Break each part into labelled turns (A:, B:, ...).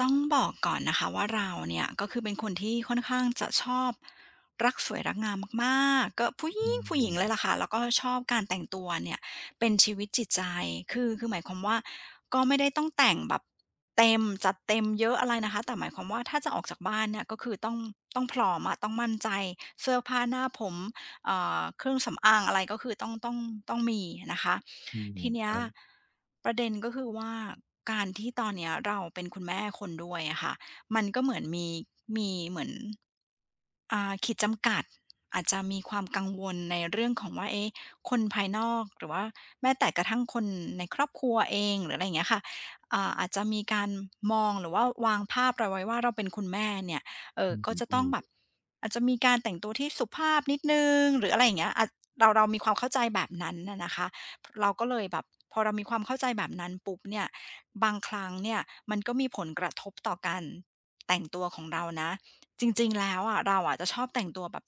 A: ต้องบอกก่อนนะคะว่าเราเนี่ยก็คือเป็นคนที่ค่อนข้างจะชอบรักสวยรักงามมากๆก็ผู้หญิ
B: อื
A: งผู้หญิงเลยล่ะ
B: ม
A: ค่ะแล้วก็ชอบการแต่งตัวเนี่ยเป็นชีวิตจิตใจคือหมายความว่าก็ไม่ได้ต้องแต่งแบบเต็มจัดเต็มเยอะอะไรนะคะแต่หมายความว่าถ้าจะออกจากบ้านเนี่ยก็คือต้องพร้อมอะต้องมั่นใจเสื้อผ้าหน้าผมเครื่องสำอางอะไรก็คือต้องมีนะคะ
B: อืม
A: ที
B: ค
A: เนี้ย
B: รับ
A: ประเด็นก็คือว่าการที่ตอนเนี้ยเราเป็นคุณแม่คนด้วยอะค่ะมันก็เหมือนมีมีเหมือนขีดจำกัดอาจจะมีความกังวลในเรื่องของว่าเอ๊ะคนภายนอกหรือว่าแม้แต่กระทั่งคนในครอบครัวเองหรืออะไรอย่างเงี้ยค่ะอาจจะมีการมองหรือว่าวางภาพเราไว้ว่าเราเป็นคุณแม่เนี่ย
B: อืม
A: ก็จะ
B: อื
A: ต้อง
B: ม
A: แบบอาจจะมีการแต่งตัวที่สุภาพนิดหนึ่งหรืออะไรอย่างเงี้ยอาจเรามีความเข้าใจแบบนั้นน่ะนะคะ เราก็เลยแบบพอเรามีความเข้าใจแบบนั้นปุ๊บเนี่ยบางครั้งเนี่ยมันก็มีผลกระทบต่อการแต่งตัวของเรานะจริงๆแล้วอะเราอะจะชอบแต่งตัวแบบ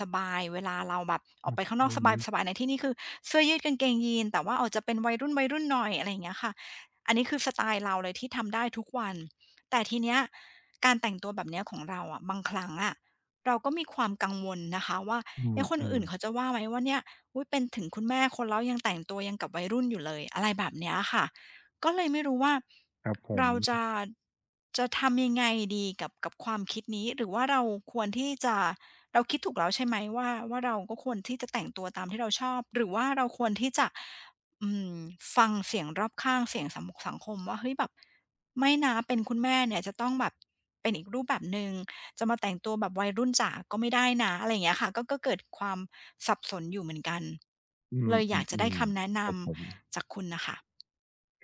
A: สบายๆเวลาเราแบบอ
B: ค
A: อก
B: รับ
A: ไปข้าง
B: ผ
A: นอกสบาย
B: ม
A: ๆในที่นี้คือเสื้อยืดกางเกงยีนแต่ว่าออกจะเป็นวัยรุ่นๆหน่อยอะไรอย่างเงี้ยค่ะอันนี้คือสไตล์เราเลยที่ทำได้ทุกวันแต่ทีเนี้ยการแต่งตัวแบบเนี้ยของเราอะบางครั้งอะเราก็มีความกังวลนะคะว่า
B: อืม
A: เอ๊ะคน
B: อืม
A: อื่นเขาจะว่าไหมว่าเนี่ย อุ๊ยเป็นถึงคุณแม่คนแล้วยังแต่งตัวยังกับวัยรุ่นอยู่เลยอะไรแบบเนี้ยค่ะก็เลยไม่รู้ว่า
B: ครับผม
A: เราจะจะทำยังไงดีกับความคิดนี้หรือว่าเราควรที่จะเราคิดถูกแล้วใช่ไหมว่าเราก็ควรที่จะแต่งตัวตามที่เราชอบหรือว่าเราควรที่จะอืมฟังเสียงรอบข้างเสียงสังคมว่าเฮ้ยแบบไม่นะเป็นคุณแม่เนี่ยจะต้องแบบเป็นอีกรูปแบบหนึ่ง จะมาแต่งตัวแบบวัยรุ่นจ๋าก็ไม่ได้นะอะไรอย่างเงี้ยค่ะก็เกิดความสับสนอยู่เหมือนกัน
B: อื
A: เลยอยากจะได้
B: ม
A: คำ
B: ๆ
A: แนะน
B: ๆครับผม
A: ำจากคุณน่ะค่ะ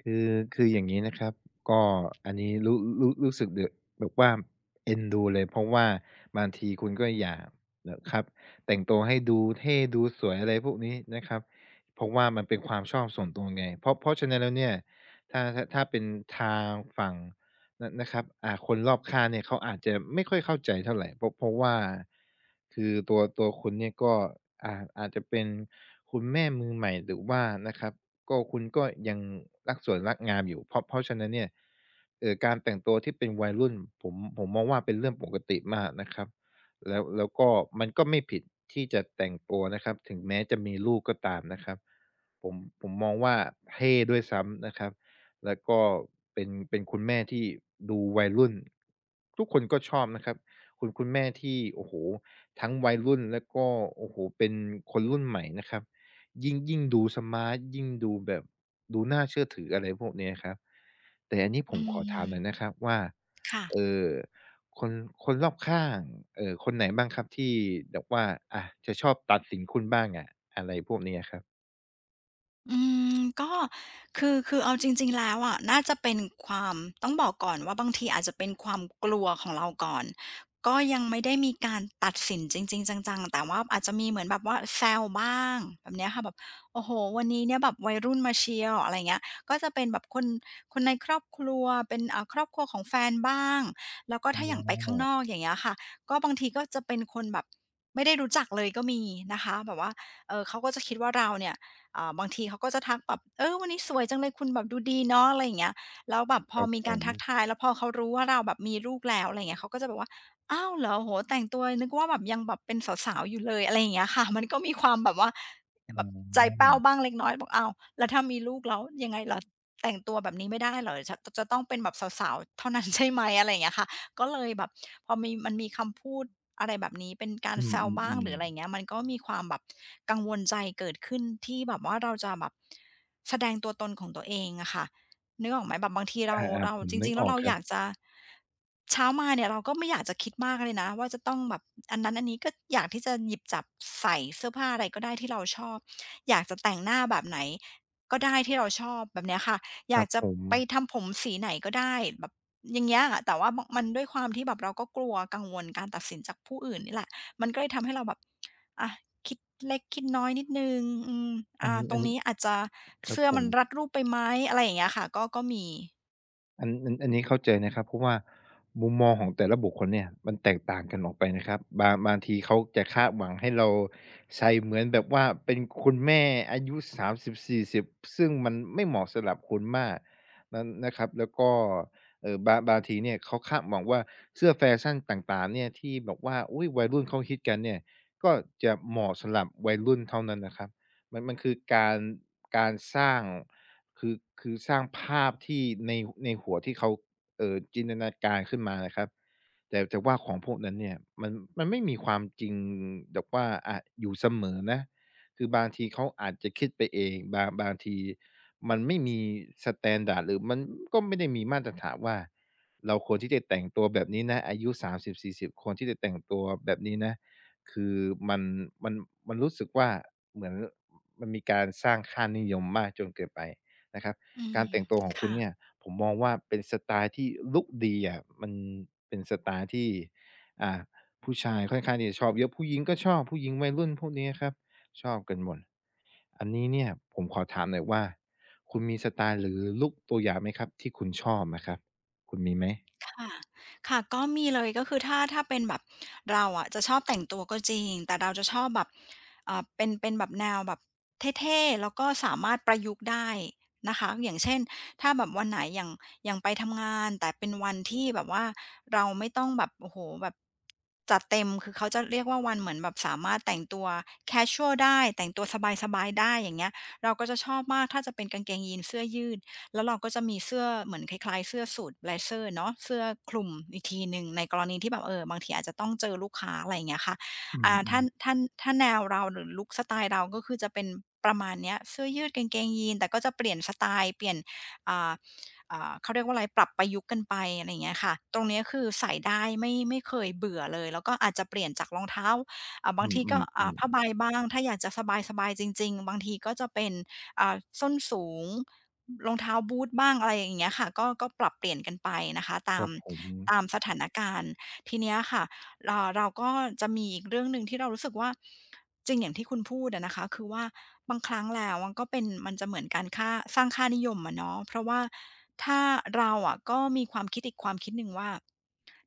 B: คือคืออย่างงี้นะครับก็อันนี้รู้สึกเดอะแบบว่าเอ็นดูเลยเพราะว่าบางทีคุณก็อยากนะครับแต่งตัวให้ดูเท่ดูสวยอะไรพวกนี้นะครับเพราะว่ามันเป็นความชอบส่วนตัวไงเพราะฉะนั้นแล้วเนี่ยถ้าเป็นทางฝั่งนนะครับคนรอบข้างเนี่ยเขาอาจจะไม่ค่อยเข้าใจเท่าไรเพราะว่าคือตัวคุณเนี่ยก็อ่าอาจจะเป็นคุณแม่มือใหม่หรือว่านะครับ ก็คุณก็ยังรักสวยรักงามอยู่เพราะฉะนั้นเนี่ยการแต่งตัวที่เป็นวัยรุ่นผมมองว่าเป็นเรื่องปกติมากนะครับแล้วก็มันก็ไม่ผิดที่จะแต่งตัวนะครับถึงแม้จะมีลูกก็ตามนะครับผมผมมองว่าเท่ด้วยซ้ำนะครับแล้วก็เป็นคุณแม่ที่ดูวัยรุ่นทุกคนก็ชอบนะครับคุณแม่ที่โอ้โฮทั้งวัยรุ่นแล้วก็โอ้โฮเป็นคนรุ่นใหม่นะครับ ยิ่งดูสมาร์ตยิ่งดูแบบดูน่าเชื่อถืออะไรพวกเนี้ยครับแต่อันนี้ผ
A: อื
B: มขอถามหน่อยนะ
A: ม
B: ครับว่า
A: ค่ะ
B: เอ่อคนคนรอบข้างคนไหนบ้างครับที่แบบว่าอะจะชอบตัดสินคุณบ้างอะอะไรพวกเนี้ยครับ
A: อืก็คือเอาจริงๆแล้วอะน่าจะเป็นความต้องบอกก่อนว่าบางทีอาจจะเป็นความกลัวของเราก่อนก็ยังไม่ได้มีการตัดสินจริงๆจังๆแต่ว่าอาจจะมีเหมือนแบบว่าแซวบ้างแบบเนี้ยค่ะแบบโอ้โฮวันนี้เนี่ยแบบวัยรุ่นมาเชียวอะไรอย่างเงี้ยก็จะเป็นแบบคนคนในครอบครัวเป็นครอบครัวของแฟนบ้างแล้วก็
B: อ๋
A: ถ้าอย่างไปข้างน
B: อ
A: อกอย่างเงี้ยค่ะก็บางทีก็จะเป็นคนแบบไม่ได้รู้จักเลยก็มีนะคะแบบว่าเขาก็จะคิดว่าเราเนี่ย บางทีเขาก็จะทักแบบเออวันนี้สวยจังเลยคุณแบบดูดีเนาะอะไรอย่างเงี้ยแล้วแบบพ
B: ค
A: อ
B: รับ
A: มี
B: ผ
A: การ
B: ม
A: ทักทายแล้วพอเขารู้ว่าเราแบบมีลูกแล้วอะไรเงี้ยเขาก็จะแบบว่าอ้าวเหรอโหแต่งตัวนึกว่าแบบยังแบบเป็นสาวๆอยู่เลยอะไรอย่างเงี้ยค่ะ มันก็มีความแบบว่าแบ
B: อ๋อ
A: บใจแป้วบ้างเล็กน้อยบอกอ้าวแล้วถ้ามีลูกแล้วยังไงล่ะแต่งตัวแบบนี้ไม่ได้เหรอจะจะต้องเป็นแบบสาวๆเท่านั้น ใช่ไหมอะไรอย่างเงี้ยค่ะ ก็เลยแบบพอมีมันมีคำพูดอะไรแบบนี้เป็นการ
B: อื
A: แซวบ้างห
B: ม
A: รืออะ
B: ๆ
A: ไรอย่า
B: ๆ
A: งเงี้ยมันก็มีความแบบกังวลใจเกิดขึ้นที่แบบว่าเราจะแบบแสดงตัวตนของตัวเองอะค่ะนึกออกไหมแบบบางที
B: อ
A: เรา
B: า
A: เรา
B: ๆผม
A: จ
B: นึ
A: ริ
B: ก
A: งๆ
B: อ
A: แล้ว
B: อก
A: เรา
B: ค
A: อ
B: รับ
A: ยากจะเช้ามาเนี่ยเราก็ไม่อยากจะคิดมากเลยนะว่าจะต้องแบบอันนั้นอันนี้ก็อยากที่จะหยิบจับใส่เสื้อผ้าอะไรก็ได้ที่เราชอบอยากจะแต่งหน้าแบบไหนก็ได้ที่เราชอบแบบเนี้ยค่ะ อ
B: ค
A: ยา
B: รั
A: ก
B: บ
A: จะ
B: ผม
A: ไปทำผมสีไหนก็ได้แบบอย่างเงี้ยอะแต่ว่ามมันด้วยความที่แบบเราก็กลัวกังวลการตัดสินจากผู้อื่นนี่แหละมันก็เลยทำให้เราแบบอะคิดเล็กคิดน้อยนิดหนึ่งอืม
B: อัน
A: ตร
B: อั
A: ง
B: น
A: นี้อาจจะ
B: ครับ
A: เสื้อ
B: ผ
A: มั
B: ม
A: นรัดรูปไปไหมอะไรอย่างเงี้ยค่ะก็มี
B: อันนี้เข้าใจนะครับเพราะว่ามุมมองของแต่ละบุคคลเนี่ยมันแตกต่างกันออกไปนะครับบางทีเขาจะคาดหวังให้เราใส่เหมือนแบบว่าเป็นคุณแม่อายุ30-40ซึ่งมันไม่เหมาะสำหรับคุณมากนั้นนะครับแล้วก็บางทีเนี่ยเขาคาดหวังว่าเสื้อแฟชั่นต่างๆเนี่ยที่แบบว่าอุ๊ยวัยรุ่นเขาฮิตกันเนี่ยก็จะเหมาะสำหรับวัยรุ่นเท่านั้นนะครับ มันคือการการสร้างคือคือสร้างภาพที่ในในหัวที่เขาจินตนาการขึ้นมานะครับแต่ว่าของพวกนั้นเนี่ยมันมันไม่มีความจริงแบบว่าอะอยู่เสมอนะคือบางทีเขาอาจจะคิดไปเองบางทีมันไม่มีสแตนดาร์ดหรือมันก็ไม่ได้มีมาตรฐานว่าเราควรที่จะแต่งตัวแบบนี้นะอายุ30-40ควรที่จะแต่งตัวแบบนี้นะคือมันมันมันรู้สึกว่าเหมือน มันมีการสร้างค่านิยมมากจนเกินไปนะครับ
A: อื
B: การ
A: ม
B: แต่งตัวของคุณ
A: ค่ะ
B: เนี่ยผมมองว่าเป็นสไตล์ที่ลุกดีอะมันเป็นสไตล์ที่อ่าผู้ชายค่อนข้างที่จะชอบเยอะผู้หญิงก็ชอบผู้หญิงวัยรุ่นพวกนี้ครับชอบกันหมดอันนี้เนี่ยผมขอถามหน่อยว่าคุณมีสไตล์หรือลุกตัวอย่างไหมครับที่คุณชอบอะครับคุณมีไหม
A: ค่ะค่ะก็มีเลยก็คือถ้าเป็นแบบเราอะจะชอบแต่งตัวก็จริง แต่เราจะชอบแบบเป็นแบบแนวแบบเท่ๆแล้วก็สามารถประยุกต์ได้นะคะอย่างเช่นถ้าแบบวันไหนอย่างไปทำงานแต่เป็นวันที่แบบว่าเราไม่ต้องแบบโอ้โฮแบบจัดเต็มคือเขาจะเรียกว่าวันเหมือนแบบสามารถแต่งตัวแคชวลได้แต่งตัวสบายๆได้อย่างเงี้ยเราก็จะชอบมากถ้าจะเป็นกางเกงยีนส์เสื้อยืด แล้วเราก็จะมีเสื้อเหมือนคล้ายๆเสื้อสูทเบลเซ z e r เนาะเสื้อคลุมอีกทีหนึ่งในกรณีที่แบบเออบางทีอาจจะต้องเจอลูกค้าอะไรอย่างเงี้ยค่ะ
B: อื
A: อ่าถ้า
B: มๆ
A: ถ้าถ้าแนวเราหรือลุกสไตล์เราก็คือจะเป็นประมาณเนี้ยเสื้อยืดกางเกงยีนแต่ก็จะเปลี่ยนสไตล์เปลี่ยนอ่าเขาเรียกว่าอะไรปรับประยุกต์กันไปอะไรอย่างเงี้ยค่ะตรงเนี้ยคือใส่ได้ไม่เคยเบื่อเลยแล้วก็อาจจะเปลี่ยนจากรองเท้าบา
B: อื
A: งทีก็
B: ม
A: ผ้าใบ
B: ๆ
A: บ้างถ้าอยากจะสบายๆจริงๆบางทีก็จะเป็น ส้นสูงรองเท้าบูทบ้างอะไรอย่างเงี้ยค่ะก็ปรับเปลี่ยนกันไปนะคะ
B: ๆค
A: ตา
B: รั
A: ม
B: บผม
A: ตามสถานการณ์ทีเนี้ยค่ะเราก็จะมีอีกเรื่องหนึ่งที่เรารู้สึกว่าจริงอย่างที่คุณพูดอะนะคะคือว่าบางครั้งแล้วมันก็เป็นมันจะเหมือนการค่าสร้างค่านิยมอะเนาะเพราะว่าถ้าเราอะก็มีความคิดอีกความคิดหนึ่งว่า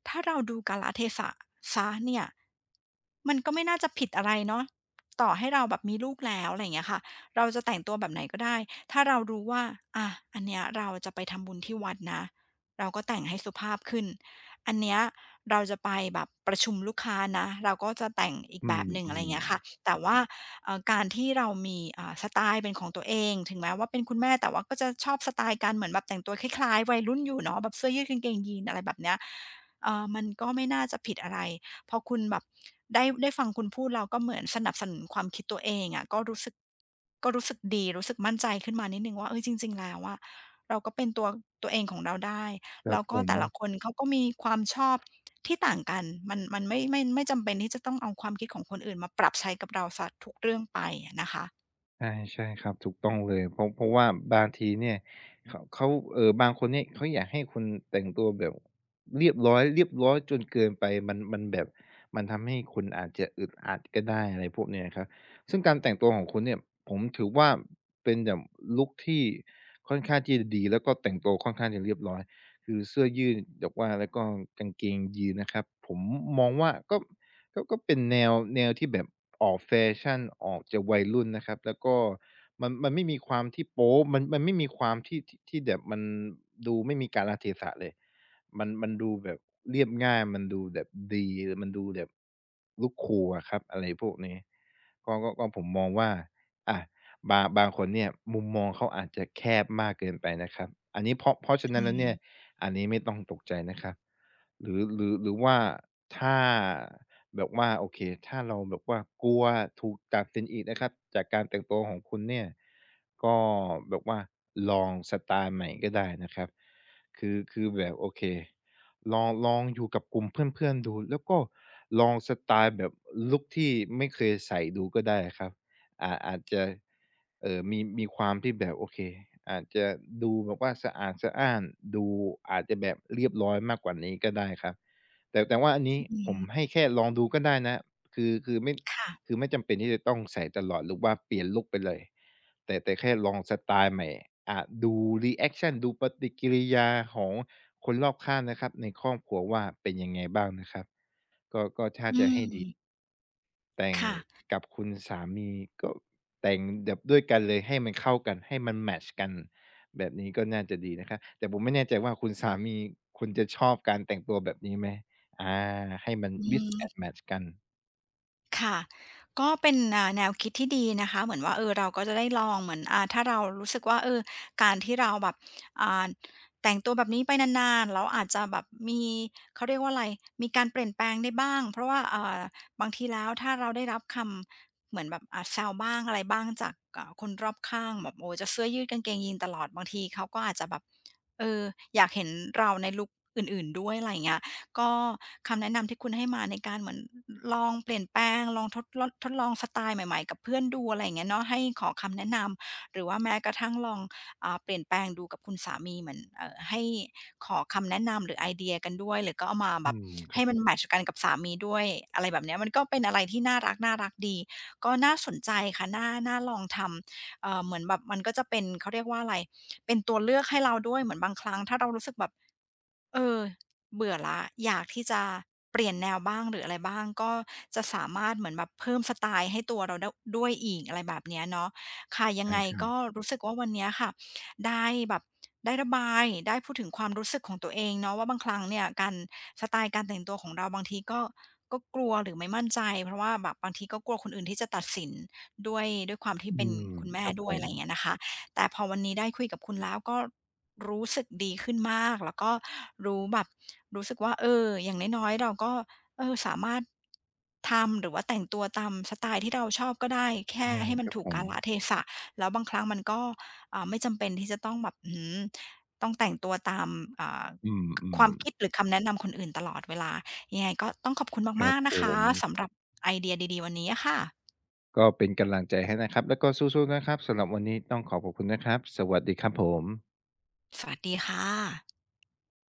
A: ถ้าเราดูกาลเทศะเสเนี่ยมันก็ไม่น่าจะผิดอะไรเนาะต่อให้เราแบบมีลูกแล้วอะไรอย่างเงี้ยค่ะ เราจะแต่งตัวแบบไหนก็ได้ ถ้าเรารู้ว่าอะอันเนี้ยเราจะไปทำบุญที่วัดนะ เราก็แต่งให้สุภาพขึ้นอันเนี้ยเราจะไปแบบประชุมลูกค้านะ เราก็จะแต่งอีก
B: อื
A: แบบหนึ่งอะไรอ
B: ม
A: ย่างเงี้ยค่ะ
B: ๆ
A: แต่ว่าการที่เรามีสไตล์เป็นของตัวเอง ถึงแม้ว่าเป็นคุณแม่แต่ว่าก็จะชอบสไตล์การเหมือนแบบแต่งตัวคล้ายๆวัยรุ่นอยู่เนาะแบบเสื้อยืดกางเกงยีนอะไรแบบเนี้ยมันก็ไม่น่าจะผิดอะไร พอคุณแบบได้ฟังคุณพูดเราก็เหมือนสนับสนุนความคิดตัวเองอะก็รู้สึกดีรู้สึกมั่นใจขึ้นมานิดหนึ่งว่าเฮ้ยจริงๆแล้วอะเราก็เป็นตัวเองของเราได้
B: ครั
A: แล้
B: บ
A: ว
B: ผ
A: ก็
B: ม
A: แต่ละคนเขาก็มีความชอบที่ต่างกันมันไม่จำเป็นที่จะต้องเอาความคิดของคนอื่นมาปรับใช้กับเราเสียทุกเรื่องไปอะนะคะ
B: ใช่ครับถูกต้องเลยเพราะว่าบางทีเนี่ยเขาบางคนเนี่ยเขาอยากให้คุณแต่งตัวแบบเรียบร้อยจนเกินไปมันแบบมันทำให้คุณอาจจะอึดอัดก็ได้อะไรพวกเนี้ยครับซึ่งการแต่งตัวของคุณเนี่ยผมถือว่าเป็นแบบลุกที่ค่อนข้างที่จะดีแล้วก็แต่งตัวค่อนข้างจะเรียบร้อยคือเสื้อยืดแบบว่าแล้วก็กางเกงยีนส์นะครับผมมองว่าก็ ก็เป็นแนวที่แบบออกแฟชั่นออกจะวัยรุ่นนะครับแล้วก็มันไม่มีความที่โป๊ะมันไม่มีความที่แบบมันดูไม่มีกาลเทศะเลยมันดูแบบเรียบง่ายมันดูแบบดีมันดูแบบ look cool อะครับอะไรพวกนี้ ก็ผมมองว่าอะบางคนเนี่ยมุมมองเขาอาจจะแคบมากเกินไปนะครับอันนี้เพราะฉะนั้
A: อื
B: นแล้วเนี่ย
A: ม
B: อันนี้ไม่ต้องตกใจนะครับหรือว่าถ้าแบบว่าโอเคถ้าเราแบบว่ากลัวถูกตัดสินอีกนะครับจากการแต่งตัวของคุณเนี่ยก็แบบว่าลองสไตล์ใหม่ก็ได้นะครับคือแบบโอเค ลองอยู่กับกลุ่มเพื่อนๆดูแล้วก็ลองสไตล์แบบลุกที่ไม่เคยใส่ดูก็ได้ครับอาจจะมีความที่แบบโอเคอาจจะดูแบบว่าสะอาดสะอ้านดูอาจจะแบบเรียบร้อยมากกว่านี้ก็ได้ครับแต่ว่าอันนี้
A: อื
B: ผม
A: ม
B: ให้แค่ลองดูก็ได้นะคือไม่
A: ค่ะ
B: คือไม่จำเป็นที่จะต้องใส่ตลอดหรือว่าเปลี่ยนลุกไปเลยแต่แค่ลองสไตล์ใหม่อ่าดูรีแอคชันดูปฏิกิริยาของคนรอบข้างนะครับในครอบครัวว่าเป็นยังไงบ้างนะครับ
A: อืม
B: แต่ง
A: ค่ะ
B: กับคุณสามีก็แต่งแบบด้วยกันเลยให้มันเข้ากันให้มันแมตช์กันแบบนี้ก็น่าจะดีนะครับแต่ผมไม่แน่ใจว่าคุณสามีคุณจะชอบการแต่งตัวแบบนี้ไหมอาให้มัน
A: อื
B: mix
A: ม
B: and match กัน
A: ค่ะ ก็เป็นแนวคิดที่ดีนะคะ เหมือนว่าเออเราก็จะได้ลองเหมือนถ้าเรารู้สึกว่าเออการที่เราแบบอ่าแต่งตัวแบบนี้ไปนานๆแล้วอาจจะแบบมีเขาเรียกว่าอะไรมีการเปลี่ยนแปลงได้บ้างเพราะว่าบางทีแล้วถ้าเราได้รับคำเหมือนแบบแซวบ้างอะไรบ้างจากคนรอบข้างแบบโอ้จะเสื้อยืดกางเกงยีนตลอดบางทีเขาก็อาจจะแบบเอออยากเห็นเราในลุกอื่นๆด้วยอะไรอย่างเงี้ย ก็คำแนะนำที่คุณให้มาในการเหมือนลองเปลี่ยนแปลงลองทดลองสไตล์ใหม่ๆกับเพื่อนดูอะไรอย่างเงี้ยเนาะให้ขอคำแนะนำหรือว่าแม้กระทั่งลองเปลี่ยนแปลงดูกับคุณสามีเหมือนให้ขอคำแนะนำหรือไอเดียกันด้วยหรือก็เอามาแบ
B: อื
A: บ
B: มครั
A: ให้
B: บ
A: มั
B: ผ
A: น
B: ม
A: แมตช์กันกับสามีด้วยอะไรแบบเนี้ยมันก็เป็นอะไรที่น่ารักๆดีก็น่าสนใจค่ะน่าน่าลองทำเหมือนแบบมันก็จะเป็นเขาเรียกว่าอะไรเป็นตัวเลือกให้เราด้วยเหมือนบางครั้งถ้าเรารู้สึกแบบ เออเบื่อละอยากที่จะเปลี่ยนแนวบ้างหรืออะไรบ้างก็จะสามารถเหมือนแบบเพิ่มสไตล์ให้ตัวเราด้วยอีกอะไรแบบเนี้ยเนาะค่ะยัง
B: ใช่
A: ไง
B: ครับ
A: ก็รู้สึกว่าวันเนี้ยค่ะได้แบบได้ระบายได้พูดถึงความรู้สึกของตัวเองเนาะว่าบางครั้งเนี่ยการสไตล์การแต่งตัวของเราบางทีก็กลัวหรือไม่มั่นใจเพราะว่าแบบบางทีก็กลัวคนอื่นที่จะตัดสินด้วยความที่
B: อื
A: เป็น
B: ม
A: คุณแม่
B: ครับ
A: ด้
B: ผ
A: วยอะ
B: ม
A: ไรอย่างเงี้ยนะคะ แต่พอวันนี้ได้คุยกับคุณแล้วก็รู้สึกดีขึ้นมากแล้วก็รู้แบบรู้สึกว่าเอออย่างน้อยๆเราก็เออสามารถทำหรือว่าแต่งตัวตามสไตล์ที่เราชอบก็ได้แค่
B: ใช่
A: ให้มั
B: ค
A: น
B: รับ
A: ถู
B: ผ
A: ก
B: ม
A: กาลเทศะแล้วบางครั้งมันก็ไม่จำเป็นที่จะต้องแบบอื้อฮือต้องแต่งตัวตามอ่า
B: อืมอื
A: ค
B: ม
A: วามคิดหรือคำแนะนำคนอื่นตลอดเวลายังไงก็ต้องขอบคุณ
B: ครั
A: มา
B: บ
A: กๆ
B: ผ
A: นะคะ
B: ม
A: สำหรับไอเดียดีๆวันนี้อะค่ะ
B: ก็เป็นกำลังใจให้นะครับ แล้วก็สู้ๆนะครับ สำหรับวันนี้ต้องขอบคุณนะครับ สวัสดีครับผม
A: สวัสดีค่ะ